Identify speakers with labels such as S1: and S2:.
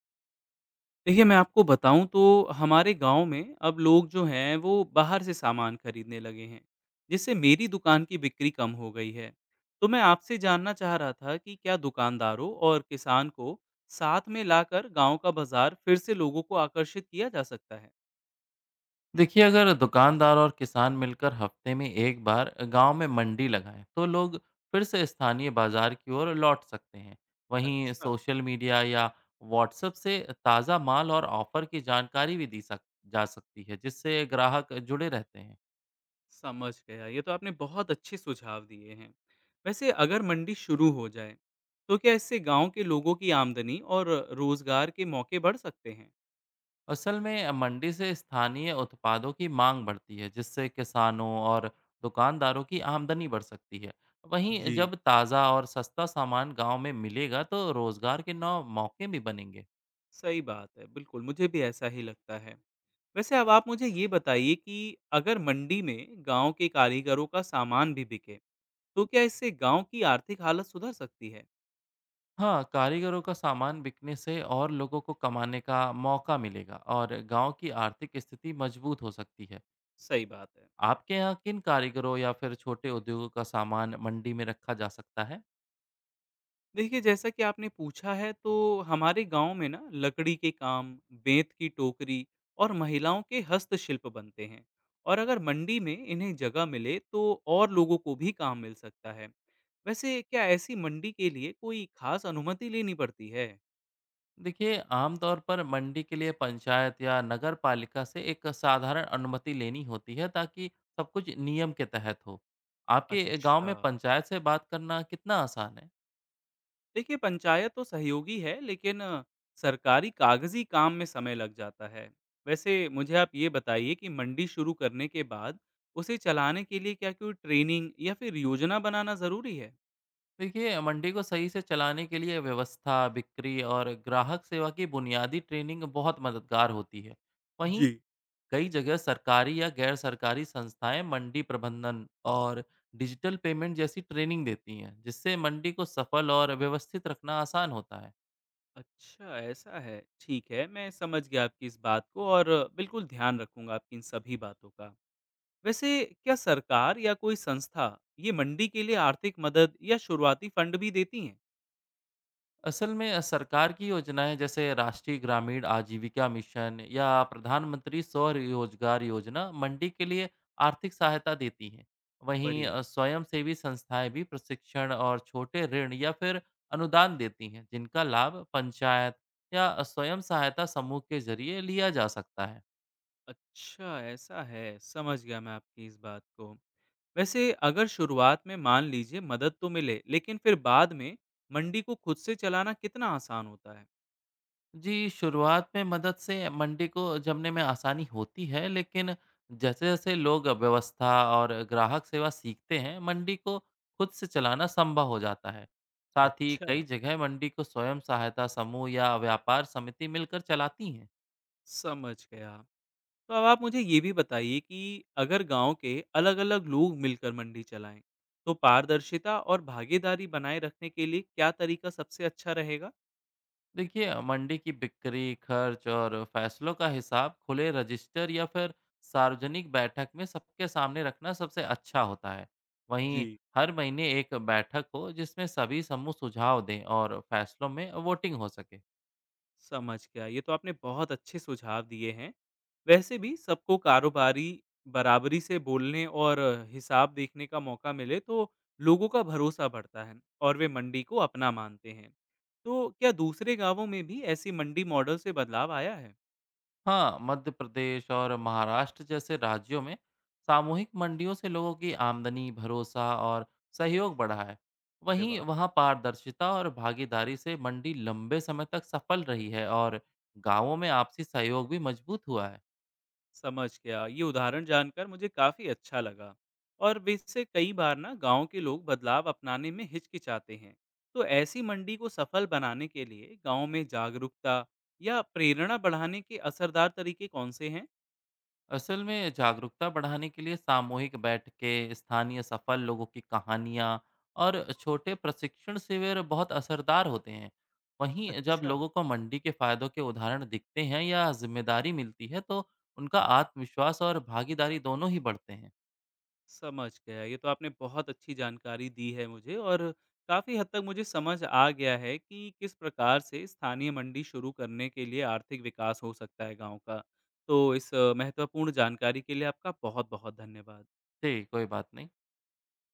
S1: देखिए, मैं आपको बताऊँ तो हमारे गाँव में अब लोग जो हैं वो बाहर से सामान खरीदने लगे हैं, जिससे मेरी दुकान की बिक्री कम हो गई है। तो मैं आपसे जानना चाह रहा था कि क्या दुकानदारों और किसान को साथ में लाकर गाँव का बाजार फिर से लोगों को आकर्षित किया जा सकता है?
S2: देखिए, अगर दुकानदार और किसान मिलकर हफ्ते में एक बार गांव में मंडी लगाएं तो लोग फिर से स्थानीय बाजार की ओर लौट सकते हैं। वहीं
S1: अच्छा,
S2: सोशल मीडिया या व्हाट्सएप से ताज़ा माल और ऑफर की जानकारी भी दी सक जा सकती है, जिससे ग्राहक जुड़े रहते हैं।
S1: समझ गया। ये तो आपने बहुत अच्छे सुझाव दिए हैं। वैसे अगर मंडी शुरू हो जाए, तो क्या इससे गाँव के लोगों की आमदनी और रोजगार के मौके बढ़ सकते हैं?
S2: असल में मंडी से स्थानीय उत्पादों की मांग बढ़ती है, जिससे किसानों और दुकानदारों की आमदनी बढ़ सकती है। वहीं
S1: जी,
S2: जब ताज़ा और सस्ता सामान गांव में मिलेगा तो रोज़गार के नौ मौके भी बनेंगे।
S1: सही बात है, बिल्कुल, मुझे भी ऐसा ही लगता है। वैसे अब आप मुझे ये बताइए कि अगर मंडी में गाँव के कारीगरों का सामान भी बिके, तो क्या इससे गाँव की आर्थिक हालत सुधर सकती है?
S2: हाँ, कारीगरों का सामान बिकने से और लोगों को कमाने का मौका मिलेगा और गांव की आर्थिक स्थिति मजबूत हो सकती है।
S1: सही बात है।
S2: आपके यहाँ किन कारीगरों या फिर छोटे उद्योगों का सामान मंडी में रखा जा सकता है?
S1: देखिए, जैसा कि आपने पूछा है तो हमारे गाँव में ना लकड़ी के काम, बेंत की टोकरी और महिलाओं के हस्तशिल्प बनते हैं और अगर मंडी में इन्हें जगह मिले तो और लोगों को भी काम मिल सकता है। वैसे क्या ऐसी मंडी के लिए कोई खास अनुमति लेनी पड़ती है?
S2: देखिए, आमतौर पर मंडी के लिए पंचायत या नगर पालिका से एक साधारण अनुमति लेनी होती है, ताकि सब कुछ नियम के तहत हो। आपके गांव
S1: अच्छा।
S2: में पंचायत से बात करना कितना आसान है?
S1: देखिए, पंचायत तो सहयोगी है लेकिन सरकारी कागज़ी काम में समय लग जाता है। वैसे मुझे आप ये बताइए कि मंडी शुरू करने के बाद उसे चलाने के लिए क्या कोई ट्रेनिंग या फिर योजना बनाना ज़रूरी है?
S2: देखिए, मंडी को सही से चलाने के लिए व्यवस्था, बिक्री और ग्राहक सेवा की बुनियादी ट्रेनिंग बहुत मददगार होती है। वहीं
S1: जी,
S2: कई जगह सरकारी या गैर सरकारी संस्थाएं मंडी प्रबंधन और डिजिटल पेमेंट जैसी ट्रेनिंग देती हैं, जिससे मंडी को सफल और व्यवस्थित रखना आसान होता है।
S1: अच्छा, ऐसा है। ठीक है, मैं समझ गया आपकी इस बात को और बिल्कुल ध्यान रखूँगा आपकी इन सभी बातों का। वैसे क्या सरकार या कोई संस्था ये मंडी के लिए आर्थिक मदद या शुरुआती फंड भी देती हैं?
S2: असल में सरकार की योजनाएं जैसे राष्ट्रीय ग्रामीण आजीविका मिशन या प्रधानमंत्री स्वरोजगार योजना मंडी के लिए आर्थिक सहायता देती हैं। वहीं
S1: बढ़िया।
S2: स्वयंसेवी संस्थाएं भी प्रशिक्षण और छोटे ऋण या फिर अनुदान देती हैं, जिनका लाभ पंचायत या स्वयं सहायता समूह के जरिए लिया जा सकता है।
S1: अच्छा, ऐसा है। समझ गया मैं आपकी इस बात को। वैसे अगर शुरुआत में मान लीजिए मदद तो मिले, लेकिन फिर बाद में मंडी को खुद से चलाना कितना आसान होता है?
S2: जी, शुरुआत में मदद से मंडी को जमने में आसानी होती है, लेकिन जैसे-जैसे लोग व्यवस्था और ग्राहक सेवा सीखते हैं, मंडी को खुद से चलाना संभव हो जाता है। साथ ही
S1: अच्छा,
S2: कई जगह मंडी को स्वयं सहायता समूह या व्यापार समिति मिलकर चलाती हैं।
S1: समझ गया। तो अब आप मुझे ये भी बताइए कि अगर गांव के अलग-अलग लोग मिलकर मंडी चलाएं, तो पारदर्शिता और भागीदारी बनाए रखने के लिए क्या तरीका सबसे अच्छा रहेगा?
S2: देखिए, मंडी की बिक्री, खर्च और फैसलों का हिसाब खुले रजिस्टर या फिर सार्वजनिक बैठक में सबके सामने रखना सबसे अच्छा होता है। वहीं
S1: जी,
S2: हर महीने एक बैठक हो जिसमें सभी समूह सुझाव दें और फैसलों में वोटिंग हो सके।
S1: समझ गया। ये तो आपने बहुत अच्छे सुझाव दिए हैं। वैसे भी सबको कारोबारी बराबरी से बोलने और हिसाब देखने का मौका मिले तो लोगों का भरोसा बढ़ता है और वे मंडी को अपना मानते हैं। तो क्या दूसरे गांवों में भी ऐसी मंडी मॉडल से बदलाव आया है?
S2: हाँ, मध्य प्रदेश और महाराष्ट्र जैसे राज्यों में सामूहिक मंडियों से लोगों की आमदनी, भरोसा और सहयोग बढ़ा है।
S1: अरे
S2: वहीं
S1: वाह!
S2: वहाँ पारदर्शिता और भागीदारी से मंडी लंबे समय तक सफल रही है और गांवों में आपसी सहयोग भी मजबूत हुआ है।
S1: समझ गया। ये उदाहरण जानकर मुझे काफ़ी अच्छा लगा और वैसे कई बार ना गांव के लोग बदलाव अपनाने में हिचकिचाते हैं। तो ऐसी मंडी को सफल बनाने के लिए गांव में जागरूकता या प्रेरणा बढ़ाने के असरदार तरीके कौन से हैं?
S2: असल में जागरूकता बढ़ाने के लिए सामूहिक बैठकें, स्थानीय सफल लोगों की कहानियाँ और छोटे प्रशिक्षण शिविर बहुत असरदार होते हैं। वहीं जब
S1: अच्छा,
S2: लोगों को मंडी के फायदों के उदाहरण दिखते हैं या जिम्मेदारी मिलती है तो उनका आत्मविश्वास और भागीदारी दोनों ही बढ़ते हैं।
S1: समझ गया। ये तो आपने बहुत अच्छी जानकारी दी है मुझे और काफ़ी हद तक मुझे समझ आ गया है कि किस प्रकार से स्थानीय मंडी शुरू करने के लिए आर्थिक विकास हो सकता है गाँव का। तो इस महत्वपूर्ण जानकारी के लिए आपका बहुत-बहुत धन्यवाद।
S2: जी, कोई बात नहीं।